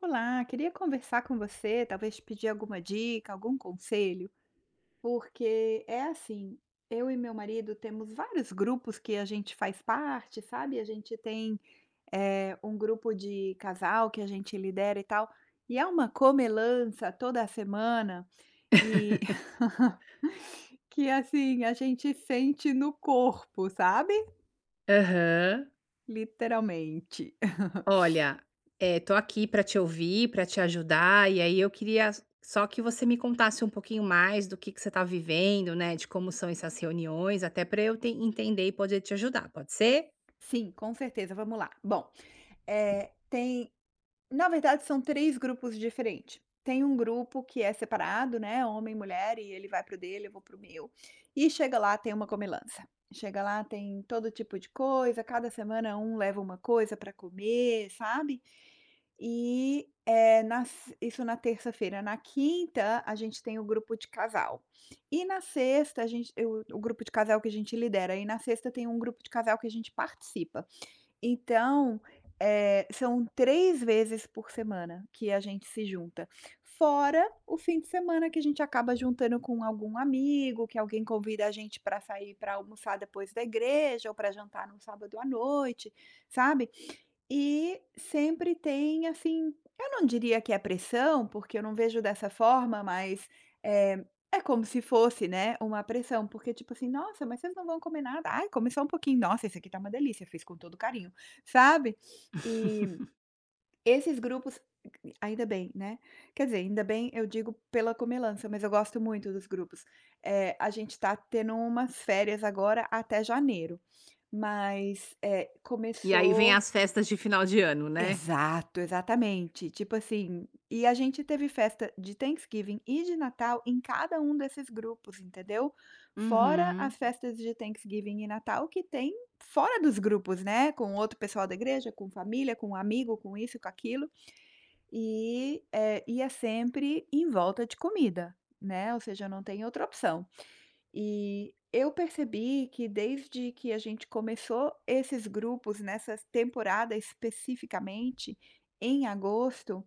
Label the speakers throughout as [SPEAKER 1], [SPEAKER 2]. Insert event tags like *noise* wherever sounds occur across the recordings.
[SPEAKER 1] Olá, queria conversar com você, talvez pedir alguma dica, algum conselho, porque é assim, eu e meu marido temos vários grupos que a gente faz parte, sabe? A gente tem um grupo de casal que a gente lidera e tal, e é uma comelança toda semana, e
[SPEAKER 2] *laughs*
[SPEAKER 1] *laughs* que assim, a gente sente no corpo, sabe?
[SPEAKER 2] Aham.
[SPEAKER 1] Literalmente. *laughs*
[SPEAKER 2] Olha, tô aqui pra te ouvir, pra te ajudar, e aí eu queria só que você me contasse um pouquinho mais do que você tá vivendo, né, de como são essas reuniões, até pra eu te entender e poder te ajudar, pode ser?
[SPEAKER 1] Sim, com certeza. Vamos lá. Bom, eh, tem na verdade, são 3 grupos diferentes. Tem um grupo que é separado, né, homem e mulher, e ele vai pro dele, eu vou pro meu. E chega lá, tem uma comilança. Chega lá, tem todo tipo de coisa, cada semana um leva uma coisa para comer, sabe. E, eh, nas isso na terça-feira. Na quinta, a gente tem o grupo de casal. E na sexta, a gente eu o grupo de casal que a gente lidera, e na sexta tem um grupo de casal que a gente participa. Então, são 3 vezes por semana que a gente se junta, fora o fim de semana que a gente acaba juntando com algum amigo, que alguém convida a gente para sair para almoçar depois da igreja ou para jantar no sábado à noite, sabe. E sempre tem, assim, eu não diria que é pressão, porque eu não vejo dessa forma, mas, é é como se fosse, né, uma pressão, porque tipo assim: "Nossa, mas vocês não vão comer nada? Ai, come só um pouquinho. Nossa, esse aqui tá uma delícia, fiz com todo carinho", sabe?
[SPEAKER 2] *laughs*
[SPEAKER 1] E esses grupos ainda bem, né, quer dizer, ainda bem eu digo pela comelância, mas eu gosto muito dos grupos. A gente tá tendo umas férias agora até janeiro. Mas, eh,
[SPEAKER 2] E aí vem
[SPEAKER 1] começou
[SPEAKER 2] as festas de final de ano, né?
[SPEAKER 1] Exato, exatamente. Tipo assim, e a gente teve festa de Thanksgiving e de Natal em cada um desses grupos, entendeu? Fora as
[SPEAKER 2] Uhum.
[SPEAKER 1] festas de Thanksgiving e Natal que tem fora dos grupos, né? Com outro pessoal da igreja, com família, com amigo, com isso, com aquilo. E é sempre em volta de comida, né? Ou seja, não tem outra opção. E eu percebi que desde que a gente começou esses grupos nessa temporada especificamente, em agosto,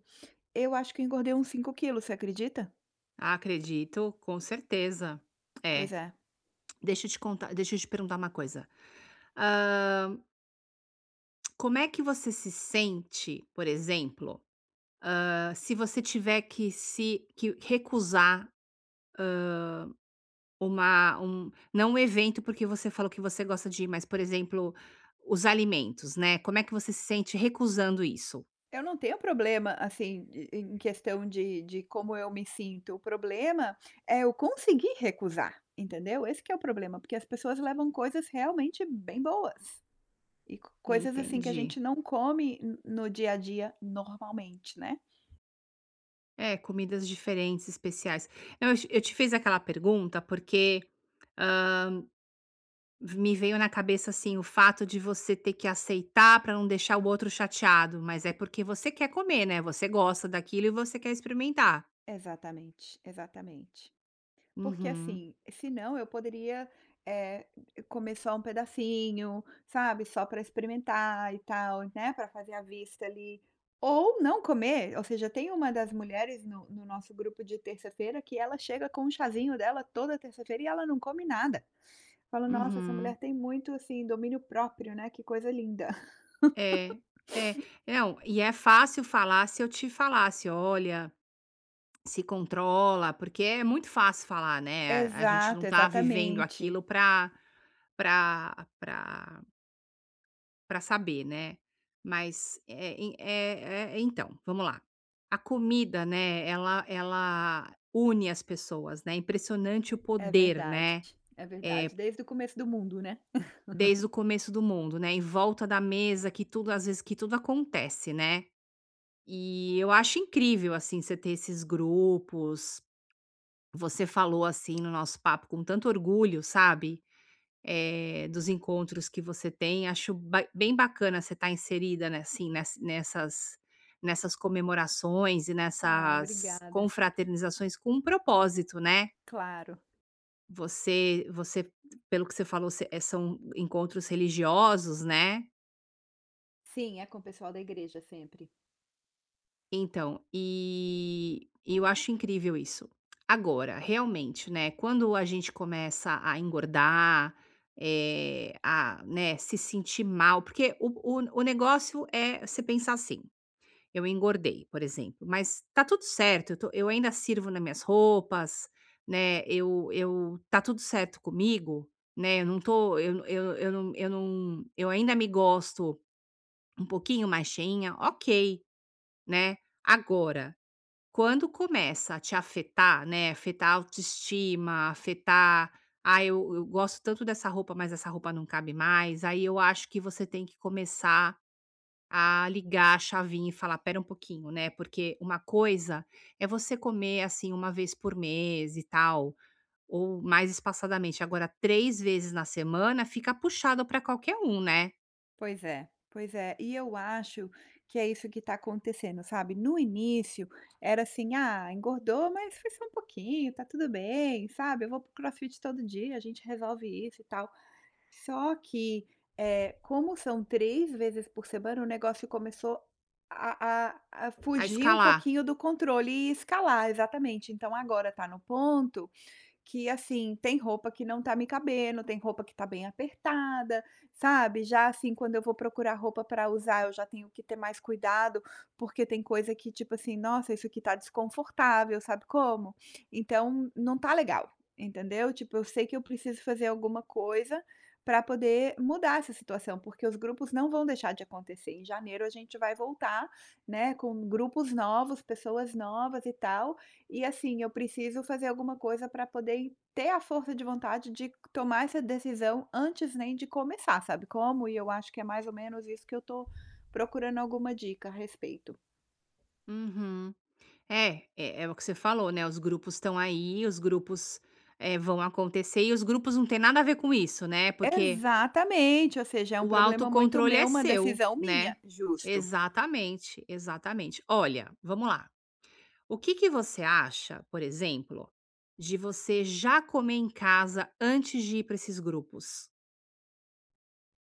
[SPEAKER 1] eu acho que eu engordei uns 5 quilos, você acredita?
[SPEAKER 2] Ah, acredito, com certeza.
[SPEAKER 1] Pois
[SPEAKER 2] É.
[SPEAKER 1] é.
[SPEAKER 2] Deixa eu te perguntar uma coisa. Como é que você se sente, por exemplo, se você tiver que recusar uma um não um evento, porque você falou que você gosta de ir, mas, por exemplo, os alimentos, né, como é que você se sente recusando isso?
[SPEAKER 1] Eu não tenho problema, assim, e em questão de como eu me sinto, o problema é eu conseguir recusar, entendeu? Esse que é o problema, porque as pessoas levam coisas realmente bem boas, e coisas assim que a
[SPEAKER 2] Entendi.
[SPEAKER 1] gente não come no dia a dia normalmente, né.
[SPEAKER 2] É, comidas diferentes, especiais. Não, eu te fiz aquela pergunta porque, ah, me veio na cabeça, assim, o fato de você ter que aceitar para não deixar o outro chateado, mas é porque você quer comer, né, você gosta daquilo e você quer experimentar.
[SPEAKER 1] Exatamente, exatamente. Porque
[SPEAKER 2] Uhum,
[SPEAKER 1] assim, senão eu poderia, eh, comer só um pedacinho, sabe, só para experimentar e tal, né, para fazer a vista ali, ou não comer, ou seja, tem uma das mulheres no nosso grupo de terça-feira que ela chega com um chazinho dela toda terça-feira e ela não come nada. Falo: "Nossa, essa mulher
[SPEAKER 2] uhum.
[SPEAKER 1] tem muito, assim, domínio próprio, né, que coisa linda". *laughs*
[SPEAKER 2] É, é. Não, e é fácil falar se eu te falasse: "Olha, se controla", porque é muito fácil falar, né, a gente
[SPEAKER 1] Exato,
[SPEAKER 2] não tá vivendo
[SPEAKER 1] exatamente.
[SPEAKER 2] aquilo pra pra pra saber, né. Mas, então, vamos lá. A comida, né, ela une as pessoas, né, é impressionante o
[SPEAKER 1] É
[SPEAKER 2] poder,
[SPEAKER 1] verdade,
[SPEAKER 2] né,
[SPEAKER 1] é verdade,
[SPEAKER 2] eh
[SPEAKER 1] desde o começo do mundo, né.
[SPEAKER 2] Desde o começo do mundo, né, em volta da mesa que tudo acontece, né. E eu acho incrível, assim, você ter esses grupos. Você falou, assim, no nosso papo com tanto orgulho, sabe, dos encontros que você tem. Acho ba bem bacana você estar inserida, né, assim, nessas comemorações e
[SPEAKER 1] Ah,
[SPEAKER 2] nessas
[SPEAKER 1] obrigada.
[SPEAKER 2] confraternizações com um propósito, né.
[SPEAKER 1] Claro.
[SPEAKER 2] Você você Pelo que você falou, você são encontros religiosos, né.
[SPEAKER 1] Sim, é com o pessoal da igreja sempre.
[SPEAKER 2] Então, eu acho incrível isso. Agora, realmente, né, quando a gente começa a engordar, né, se sentir mal, porque o negócio é você pensar assim: "Eu engordei", por exemplo, mas tá tudo certo, eu ainda sirvo nas minhas roupas, né, eu tá tudo certo comigo, né, eu não tô eu não eu não eu ainda me gosto um pouquinho mais cheinha, ok, né. Agora quando começa a te afetar, né, afetar a autoestima, afetar: "Ah, eu gosto tanto dessa roupa, mas essa roupa não cabe mais", aí eu acho que você tem que começar a ligar a chavinha e falar: "Espera um pouquinho", né, porque uma coisa é você comer, assim, uma vez por mês e tal, ou mais espaçadamente, agora 3 vezes na semana fica puxado para qualquer um, né,
[SPEAKER 1] Pois é, pois é. E eu acho que é isso que está acontecendo, sabe. No início era assim: "Ah, engordou, mas foi só um pouquinho, tá tudo bem", sabe. "Eu vou para o crossfit todo dia, a gente resolve isso e tal". Só que, como são 3 vezes por semana, o negócio começou a a a
[SPEAKER 2] a
[SPEAKER 1] fugir um
[SPEAKER 2] escalar.
[SPEAKER 1] pouquinho do controle e escalar, exatamente. Então agora tá no ponto que assim, tem roupa que não tá me cabendo, tem roupa que tá bem apertada, sabe? Já assim, quando eu vou procurar roupa pra usar, eu já tenho que ter mais cuidado, porque tem coisa que, tipo assim, nossa, isso aqui tá desconfortável, sabe como? Então, não tá legal, entendeu? Tipo, eu sei que eu preciso fazer alguma coisa para poder mudar essa situação, porque os grupos não vão deixar de acontecer. Em janeiro a gente vai voltar, né, com grupos novos, pessoas novas e tal, e assim, eu preciso fazer alguma coisa para poder ter a força de vontade de tomar essa decisão antes nem de começar, sabe como? E eu acho que é mais ou menos isso que eu tô procurando alguma dica a respeito.
[SPEAKER 2] Uhum. É, é é o que você falou, né, os grupos estão aí, os grupos, vão acontecer e os grupos não tem nada a ver com isso, né, porque
[SPEAKER 1] Exatamente, ou seja, é um
[SPEAKER 2] o
[SPEAKER 1] problema muito
[SPEAKER 2] autocontrole
[SPEAKER 1] meu,
[SPEAKER 2] é
[SPEAKER 1] uma
[SPEAKER 2] seu,
[SPEAKER 1] decisão minha.
[SPEAKER 2] né.
[SPEAKER 1] Justo.
[SPEAKER 2] Exatamente, exatamente. Olha, vamos lá, o que que você acha, por exemplo, de você já comer em casa antes de ir para esses grupos?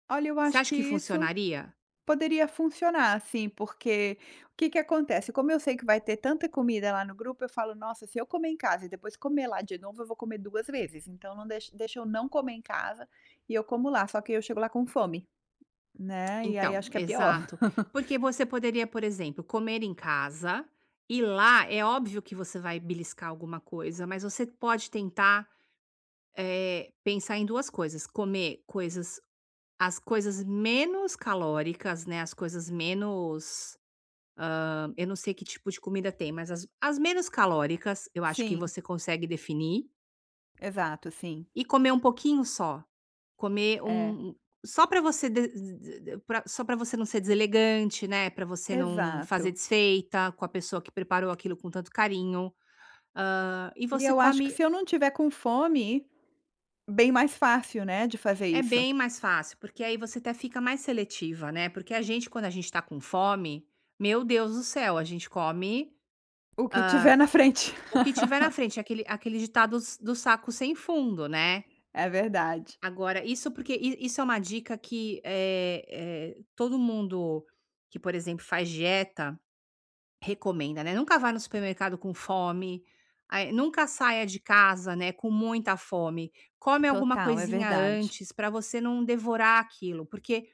[SPEAKER 1] Olha, eu
[SPEAKER 2] Você
[SPEAKER 1] acho
[SPEAKER 2] acha
[SPEAKER 1] que
[SPEAKER 2] que
[SPEAKER 1] isso
[SPEAKER 2] funcionaria?
[SPEAKER 1] poderia funcionar, assim, porque o que que acontece, como eu sei que vai ter tanta comida lá no grupo, eu falo: "Nossa, se eu comer em casa e depois comer lá de novo, eu vou comer 2 vezes, então não deixa eu não comer em casa e eu como lá", só que eu chego lá com fome, né, e aí
[SPEAKER 2] Então,
[SPEAKER 1] acho que é pior.
[SPEAKER 2] exato.
[SPEAKER 1] *laughs*
[SPEAKER 2] Porque você poderia, por exemplo, comer em casa e lá é óbvio que você vai beliscar alguma coisa, mas você pode tentar pensar em duas coisas: comer coisas, as coisas menos calóricas, né? As coisas menos. Eu não sei que tipo de comida tem, mas as menos calóricas, eu acho que
[SPEAKER 1] Sim,
[SPEAKER 2] você consegue definir.
[SPEAKER 1] exato, sim.
[SPEAKER 2] E comer um pouquinho só. Comer
[SPEAKER 1] É,
[SPEAKER 2] um só para você de pra só para você não ser deselegante, né, para você não fazer
[SPEAKER 1] exato.
[SPEAKER 2] desfeita com a pessoa que preparou aquilo com tanto carinho. E
[SPEAKER 1] E
[SPEAKER 2] você
[SPEAKER 1] eu acho que
[SPEAKER 2] come
[SPEAKER 1] se eu não tiver com fome, bem mais fácil, né, de fazer
[SPEAKER 2] é
[SPEAKER 1] isso.
[SPEAKER 2] bem mais fácil, porque aí você até fica mais seletiva, né, porque a gente, quando a gente tá com fome, meu Deus do céu, a gente come
[SPEAKER 1] O que tiver na frente.
[SPEAKER 2] o
[SPEAKER 1] *laughs*
[SPEAKER 2] que tiver na frente, aquele ditado s do saco sem fundo, né.
[SPEAKER 1] É verdade.
[SPEAKER 2] Agora, isso porque i isso é uma dica que, todo mundo que, por exemplo, faz dieta recomenda, né. Nunca vá no supermercado com fome, aí nunca saia de casa, né, com muita fome. Come alguma
[SPEAKER 1] Total, é
[SPEAKER 2] coisinha
[SPEAKER 1] verdade.
[SPEAKER 2] antes para você não devorar aquilo, porque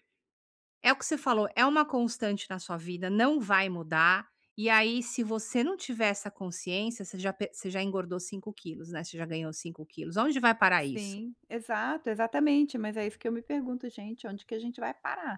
[SPEAKER 2] é o que você falou, é uma constante na sua vida, não vai mudar. E aí, se você não tiver essa consciência, você já engordou 5 quilos, né, você já ganhou 5 quilos. Onde vai parar isso?
[SPEAKER 1] Sim, exato, exatamente, mas é isso que eu me pergunto: "Gente, onde que a gente vai parar?".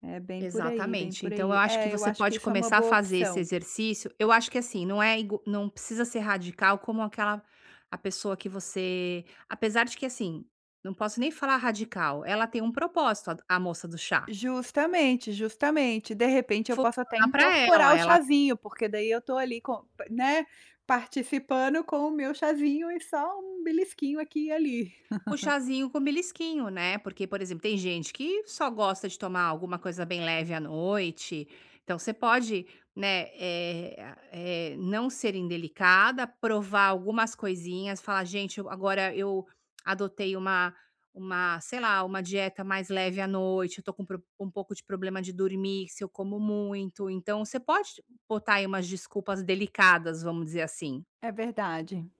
[SPEAKER 1] É bem por aí, bem
[SPEAKER 2] Exatamente.
[SPEAKER 1] por
[SPEAKER 2] Então, eu
[SPEAKER 1] aí.
[SPEAKER 2] acho que
[SPEAKER 1] É, eu
[SPEAKER 2] você
[SPEAKER 1] acho que
[SPEAKER 2] pode
[SPEAKER 1] isso é uma
[SPEAKER 2] começar a
[SPEAKER 1] boa
[SPEAKER 2] fazer esse
[SPEAKER 1] opção.
[SPEAKER 2] exercício. Eu acho que assim, não precisa ser radical como aquela a pessoa que você, apesar de que assim, não posso nem falar radical. Ela tem um propósito, a moça do chá.
[SPEAKER 1] Justamente, justamente. De repente eu posso até
[SPEAKER 2] Funciona para ela,
[SPEAKER 1] incorporar o
[SPEAKER 2] ela
[SPEAKER 1] chazinho, porque daí eu tô ali com, né, participando com o meu chazinho e só um belisquinho aqui e ali.
[SPEAKER 2] O chazinho com belisquinho, né, porque, por exemplo, tem gente que só gosta de tomar alguma coisa bem leve à noite, então você pode, né, não ser indelicada, provar algumas coisinhas, falar: "Gente, eu agora eu adotei uma sei lá, uma dieta mais leve à noite, eu tô com pro um pouco de problema de dormir, se eu como muito", então você pode botar aí umas desculpas delicadas, vamos dizer assim.
[SPEAKER 1] É verdade.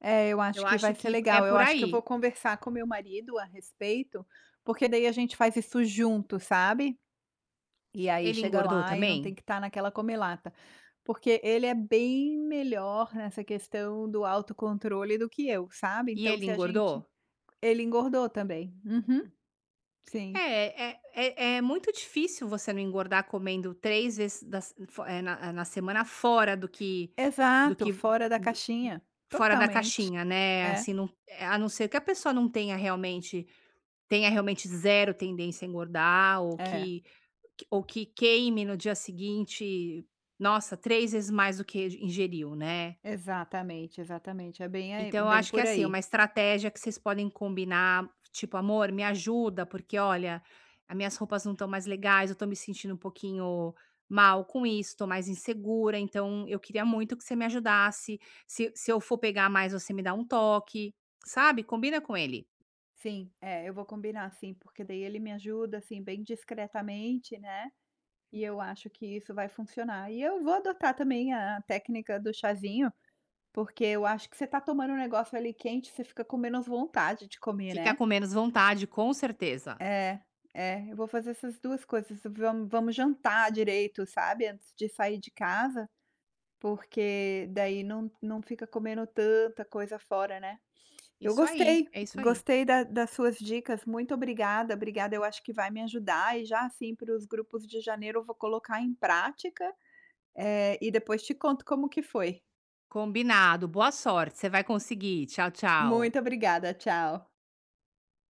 [SPEAKER 1] É, eu
[SPEAKER 2] Eu
[SPEAKER 1] acho que vai
[SPEAKER 2] acho
[SPEAKER 1] ser
[SPEAKER 2] que é
[SPEAKER 1] legal. Eu
[SPEAKER 2] por
[SPEAKER 1] acho que eu vou
[SPEAKER 2] aí.
[SPEAKER 1] conversar com meu marido a respeito, porque daí a gente faz isso junto, sabe? E aí
[SPEAKER 2] Ele
[SPEAKER 1] chega
[SPEAKER 2] engordou
[SPEAKER 1] lá e não tem
[SPEAKER 2] também?
[SPEAKER 1] que estar naquela "comelata", porque ele é bem melhor nessa questão do autocontrole do que eu, sabe.
[SPEAKER 2] E
[SPEAKER 1] Então
[SPEAKER 2] ele
[SPEAKER 1] se a gente
[SPEAKER 2] engordou?
[SPEAKER 1] ele engordou também. Uhum, sim.
[SPEAKER 2] É é é é muito difícil você não engordar comendo 3 vezes na na semana fora do que do
[SPEAKER 1] Exato,
[SPEAKER 2] que
[SPEAKER 1] fora da
[SPEAKER 2] do
[SPEAKER 1] caixinha,
[SPEAKER 2] fora da
[SPEAKER 1] totalmente.
[SPEAKER 2] caixinha, né,
[SPEAKER 1] É,
[SPEAKER 2] assim, não é, a não ser que a pessoa não tenha realmente tenha realmente zero tendência a engordar ou
[SPEAKER 1] é,
[SPEAKER 2] ou que queime no dia seguinte, nossa, 3 vezes mais do que ingeriu, né.
[SPEAKER 1] exatamente, exatamente, é bem aí
[SPEAKER 2] Então eu
[SPEAKER 1] bem
[SPEAKER 2] acho que, é
[SPEAKER 1] por
[SPEAKER 2] assim,
[SPEAKER 1] aí.
[SPEAKER 2] uma estratégia que vocês podem combinar, tipo: "Amor, me ajuda, porque olha, as minhas roupas não estão mais legais, eu tô me sentindo um pouquinho mal com isso, tô mais insegura, então eu queria muito que você me ajudasse. Se se eu for pegar mais, você me dá um toque", sabe, combina com ele.
[SPEAKER 1] Sim, é, eu vou combinar sim, porque daí ele me ajuda, assim, bem discretamente, né, e eu acho que isso vai funcionar. E eu vou adotar também a técnica do chazinho, porque eu acho que você tá tomando um negócio ali quente, você fica com menos vontade de comer,
[SPEAKER 2] Fica
[SPEAKER 1] né.
[SPEAKER 2] com menos vontade, com certeza.
[SPEAKER 1] É, é, eu vou fazer essas 2 coisas, vamos jantar direito, sabe, antes de sair de casa, porque daí não fica comendo tanta coisa fora, né. Eu
[SPEAKER 2] Isso aí,
[SPEAKER 1] gostei,
[SPEAKER 2] é isso aí.
[SPEAKER 1] gostei da das suas dicas, muito obrigada, obrigada, eu acho que vai me ajudar e já, assim, para os grupos de janeiro eu vou colocar em prática, e depois te conto como que foi.
[SPEAKER 2] Combinado, boa sorte, você vai conseguir. Tchau, tchau.
[SPEAKER 1] Muito obrigada, tchau.